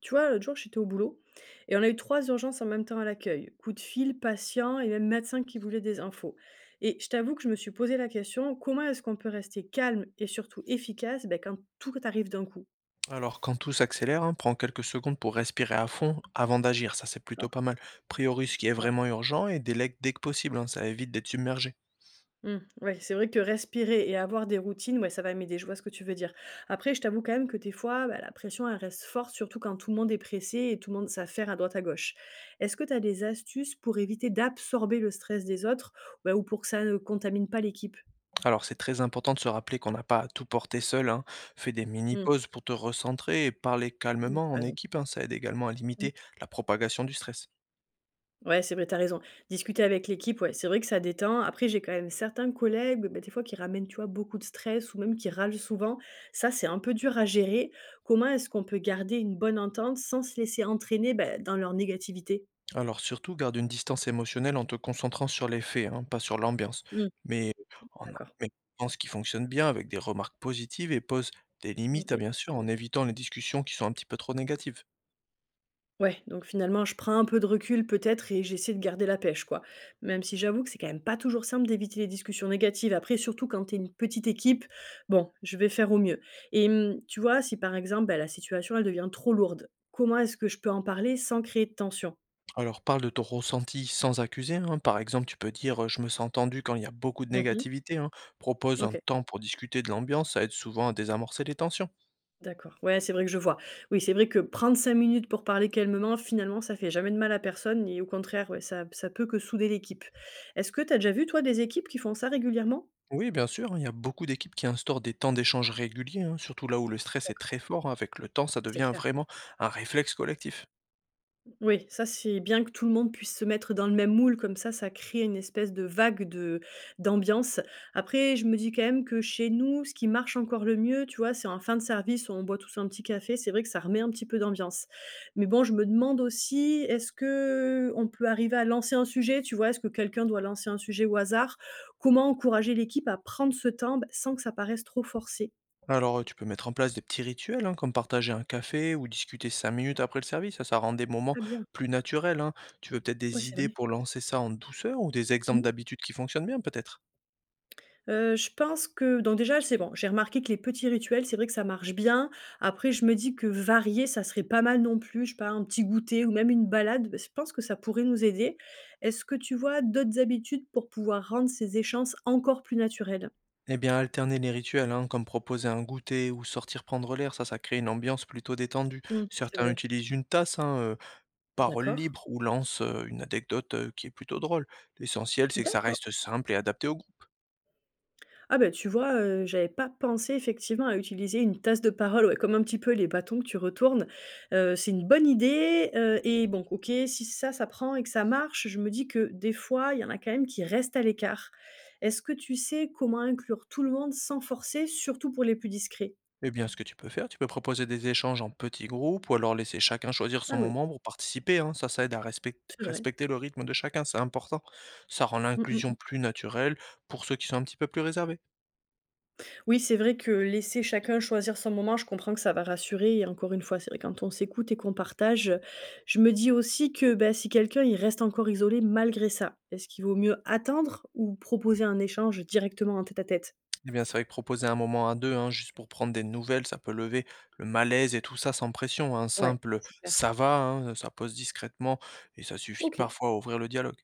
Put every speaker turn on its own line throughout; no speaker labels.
Tu vois, l'autre jour, j'étais au boulot et on a eu 3 urgences en même temps à l'accueil. Coup de fil, patient et même médecin qui voulait des infos. Et je t'avoue que je me suis posé la question, comment est-ce qu'on peut rester calme et surtout efficace ben, quand tout arrive d'un coup.
Alors, quand tout s'accélère, hein, prends quelques secondes pour respirer à fond avant d'agir. Ça, c'est plutôt
D'accord.
pas mal. Priorise ce qui est
Ouais.
vraiment urgent et délègue dès que possible, hein, ça évite d'être submergé.
Ouais, c'est vrai que respirer et avoir des routines, ouais, ça va m'aider, je vois ce que tu veux dire. Après, je t'avoue quand même que des fois, bah, la pression, elle reste forte, surtout quand tout le monde est pressé et tout le monde s'affaire à droite à gauche. Est-ce que tu as des astuces pour éviter d'absorber le stress des autres, bah, ou pour que ça ne contamine pas l'équipe?
Alors, c'est très important de se rappeler qu'on n'a pas à tout porter seul, hein. Fais des mini-pauses pour te recentrer et parler
Oui, tu
calmement en
raison.
équipe, hein, ça aide également à
Mmh.
limiter la propagation du stress.
Ouais, c'est vrai, t'as raison. Discuter avec l'équipe, ouais, c'est vrai que ça détend. Après, j'ai quand même certains collègues, bah, des fois, qui ramènent, tu vois, beaucoup de stress ou même qui râlent souvent. Ça, c'est un peu dur à gérer. Comment est-ce qu'on peut garder une bonne entente sans se laisser entraîner, bah, dans leur négativité?
Alors surtout, garde une distance émotionnelle en te concentrant sur les faits, hein, pas sur l'ambiance.
Mmh,
Mais en a-
d'accord.
mais pense qui fonctionne bien avec des remarques positives et pose des limites, ah,
OK.
bien sûr, en évitant les discussions qui sont un petit peu trop négatives.
Ouais, donc finalement, je prends un peu de recul peut-être et j'essaie de garder la pêche, quoi. Même si j'avoue que c'est quand même pas toujours simple d'éviter les discussions négatives. Après, surtout quand t'es une petite équipe, bon, je vais faire au mieux. Et tu vois, si par exemple, ben, la situation, elle devient trop lourde, comment est-ce que je peux en parler sans créer de tension?
Alors parle de ton ressenti sans accuser, hein. Par exemple, tu peux dire «je me sens tendu quand il y a beaucoup de
Mhm.
négativité», hein. Propose un
Ok,
temps pour discuter de l'ambiance, ça aide souvent à désamorcer les tensions.
d'accord. Ouais, c'est vrai que je vois. Oui, c'est vrai que prendre 5 minutes pour parler calmement, finalement, ça fait jamais de mal à personne et au contraire, ouais, ça peut que souder l'équipe. Est-ce que t'as déjà vu, toi, des équipes qui font ça régulièrement?
Oui, bien sûr, hein, il y a beaucoup d'équipes qui instaurent des temps d'échange réguliers, hein, surtout là où le stress est très
D'accord,
fort, hein. Avec le temps, ça
c'est
devient
clair.
vraiment un réflexe collectif.
Oui, ça, c'est bien que tout le monde puisse se mettre dans le même moule comme ça crée une espèce de vague de d'ambiance. Après, je me dis quand même que chez nous, ce qui marche encore le mieux, tu vois, c'est en fin de service, on boit tous un petit café, c'est vrai que ça remet un petit peu d'ambiance. Mais bon, je me demande aussi, est-ce que on peut arriver à lancer un sujet, tu vois? Est-ce que quelqu'un doit lancer un sujet au hasard? Comment encourager l'équipe à prendre ce temps, bah, sans que ça paraisse trop forcé?
Alors, tu peux mettre en place des petits rituels, hein, comme partager un café ou discuter 5 minutes après le service, ça rend des moments
Ah bien,
plus naturels, hein. Tu veux peut-être
ouais,
des
c'est
idées
vrai.
pour lancer ça en douceur ou des exemples d'habitudes qui fonctionnent bien peut-être?
Je pense que donc déjà, c'est bon, j'ai remarqué que les petits rituels, c'est vrai que ça marche bien. Après, je me dis que varier, ça serait pas mal non plus. Je sais pas, un petit goûter ou même une balade, bah, je pense que ça pourrait nous aider. Est-ce que tu vois d'autres habitudes pour pouvoir rendre ces échanges encore plus naturels?
Eh bien, alterner les rituels, hein, comme proposer un goûter ou sortir prendre l'air, ça crée une ambiance plutôt détendue.
Mmh, c'est
Certains
vrai.
utilisent une tasse, hein, parole
D'accord.
libre ou lancent, une anecdote, qui est plutôt drôle. L'essentiel, c'est que ça
D'accord.
reste simple et adapté au.
Ah ben tu vois, j'avais pas pensé effectivement à utiliser une tasse de parole, ouais, comme un petit peu les bâtons que tu retournes. C'est une bonne idée, et bon, OK, si ça, ça prend et que ça marche, je me dis que des fois, il y en a quand même qui restent à l'écart. Est-ce que tu sais comment inclure tout le monde sans forcer, surtout pour les plus discrets?
Eh bien, ce que tu peux faire, tu peux proposer des échanges en petits groupes ou alors laisser chacun choisir
Ah
son
oui,
moment pour participer, hein. Ça aide à
c'est vrai.
respecter le rythme de chacun, c'est important. Ça rend
Mmh
l'inclusion
mh.
plus naturelle pour ceux qui sont un petit peu plus réservés.
Oui, c'est vrai que laisser chacun choisir son moment, je comprends que ça va rassurer et encore une fois, c'est vrai quand on s'écoute et qu'on partage, je me dis aussi que, bah, si quelqu'un il reste encore isolé malgré ça, est-ce qu'il vaut mieux attendre ou proposer un échange directement en tête-à-tête?
Eh bien, c'est vrai que proposer un moment à deux, hein, juste pour prendre des nouvelles, ça peut lever le malaise et tout ça sans pression. Un
Ouais,
simple
c'est clair.
ça va, hein, ça pose discrètement et ça suffit
OK.
parfois à ouvrir le dialogue.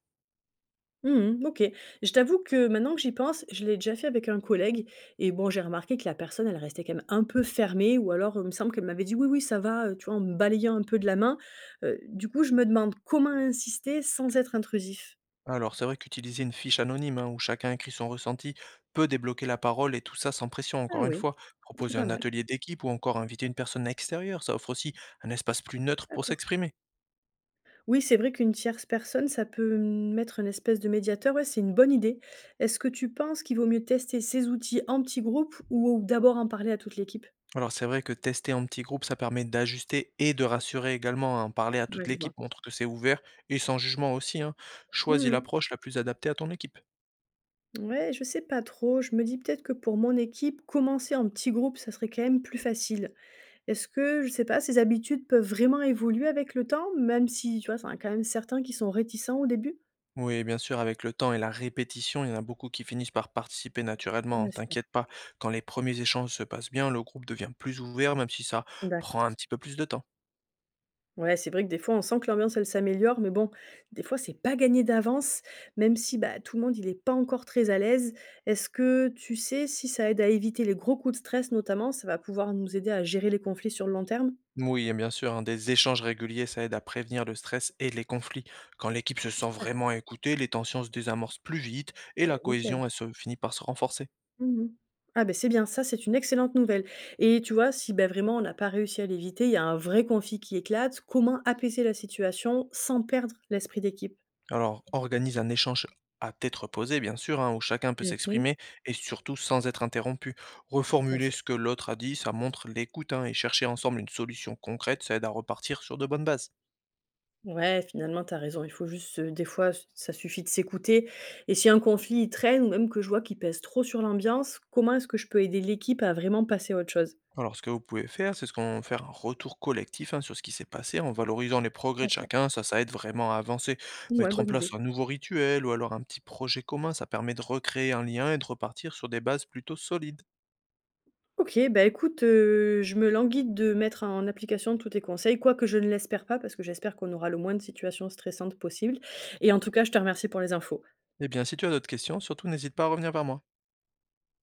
Mmh. OK. Je t'avoue que maintenant que j'y pense, je l'ai déjà fait avec un collègue et bon, j'ai remarqué que la personne, elle restait quand même un peu fermée ou alors, il me semble qu'elle m'avait dit: «Oui, oui, ça va», tu vois, en me balayant un peu de la main. Du coup, je me demande comment insister sans être intrusif?
Alors, c'est vrai qu'utiliser une fiche anonyme, hein, où chacun écrit son ressenti peut débloquer la parole et tout ça sans pression,
Ah
encore une
oui,
fois.
c'est
Proposer
pas
un
mal,
atelier d'équipe ou encore inviter une personne extérieure, ça offre aussi un espace plus neutre pour
d'accord.
s'exprimer.
Oui, c'est vrai qu'une tierce personne, ça peut mettre une espèce de médiateur, ouais, c'est une bonne idée. Est-ce que tu penses qu'il vaut mieux tester ces outils en petit groupe ou d'abord en parler à toute l'équipe?
Alors, c'est vrai que tester en petit groupe, ça permet d'ajuster et de rassurer également, hein. Parler à toute
Ouais, je vois.
l'équipe montre que c'est ouvert et sans jugement aussi, hein. Choisis
Mmh.
l'approche la plus adaptée à ton équipe.
Ouais, je sais pas trop. Je me dis peut-être que pour mon équipe, commencer en petit groupe, ça serait quand même plus facile. Est-ce que, je sais pas, ces habitudes peuvent vraiment évoluer avec le temps, même si, tu vois, il y en a quand même certains qui sont réticents au début?
Oui, bien sûr, avec le temps et la répétition, il y en a beaucoup qui finissent par participer naturellement, hein,
Ah, super.
t'inquiète pas. Quand les premiers échanges se passent bien, le groupe devient plus ouvert, même si ça prend un petit peu plus de temps.
Ouais, c'est vrai que des fois, on sent que l'ambiance, elle s'améliore, mais bon, des fois, c'est pas gagné d'avance, même si bah, tout le monde, il est pas encore très à l'aise. Est-ce que tu sais si ça aide à éviter les gros coups de stress, notamment, ça va pouvoir nous aider à gérer les conflits sur le long terme?
Oui, et bien sûr, hein, des échanges réguliers, ça aide à prévenir le stress et les conflits. Quand l'équipe se sent
Super.
vraiment écoutée, les tensions se désamorcent plus vite et
Ah
la
bah, nickel.
cohésion, elle se finit par se renforcer.
Mmh. Ah ben c'est bien, ça, c'est une excellente nouvelle. Et tu vois, si bah, vraiment on n'a pas réussi à l'éviter, il y a un vrai conflit qui éclate, comment apaiser la situation sans perdre l'esprit d'équipe?
Alors, organise un échange à tête reposée, bien sûr, hein, où chacun peut
Mmh mh.
s'exprimer et surtout sans être interrompu.
Ouais,
Reformuler
c'est
ce que l'autre a dit, ça montre l'écoute, hein, et chercher ensemble une solution concrète, ça aide à repartir sur de bonnes bases.
Ouais, finalement, t'as raison. Il faut juste, des fois, s ça suffit de s'écouter et si un conflit, il traîne ou même que je vois qu'il pèse trop sur l'ambiance, comment est-ce que je peux aider l'équipe à vraiment passer à autre chose?
Alors, ce que vous pouvez faire, c'est ce qu'on faire un retour collectif, hein, sur ce qui s'est passé en valorisant les progrès de
D'accord.
chacun. Ça aide vraiment à avancer.
Ouais,
Mettre en
bonne
place
idée.
un nouveau rituel ou alors un petit projet commun, ça permet de recréer un lien et de repartir sur des bases plutôt solides.
OK, bah, écoute, je me languis de mettre en application tous tes conseils, quoique je ne l'espère pas, parce que j'espère qu'on aura le moins de situations stressantes possible et en tout cas, je te remercie pour les infos.
Eh bien, si tu as d'autres questions, surtout n'hésite pas à revenir vers moi.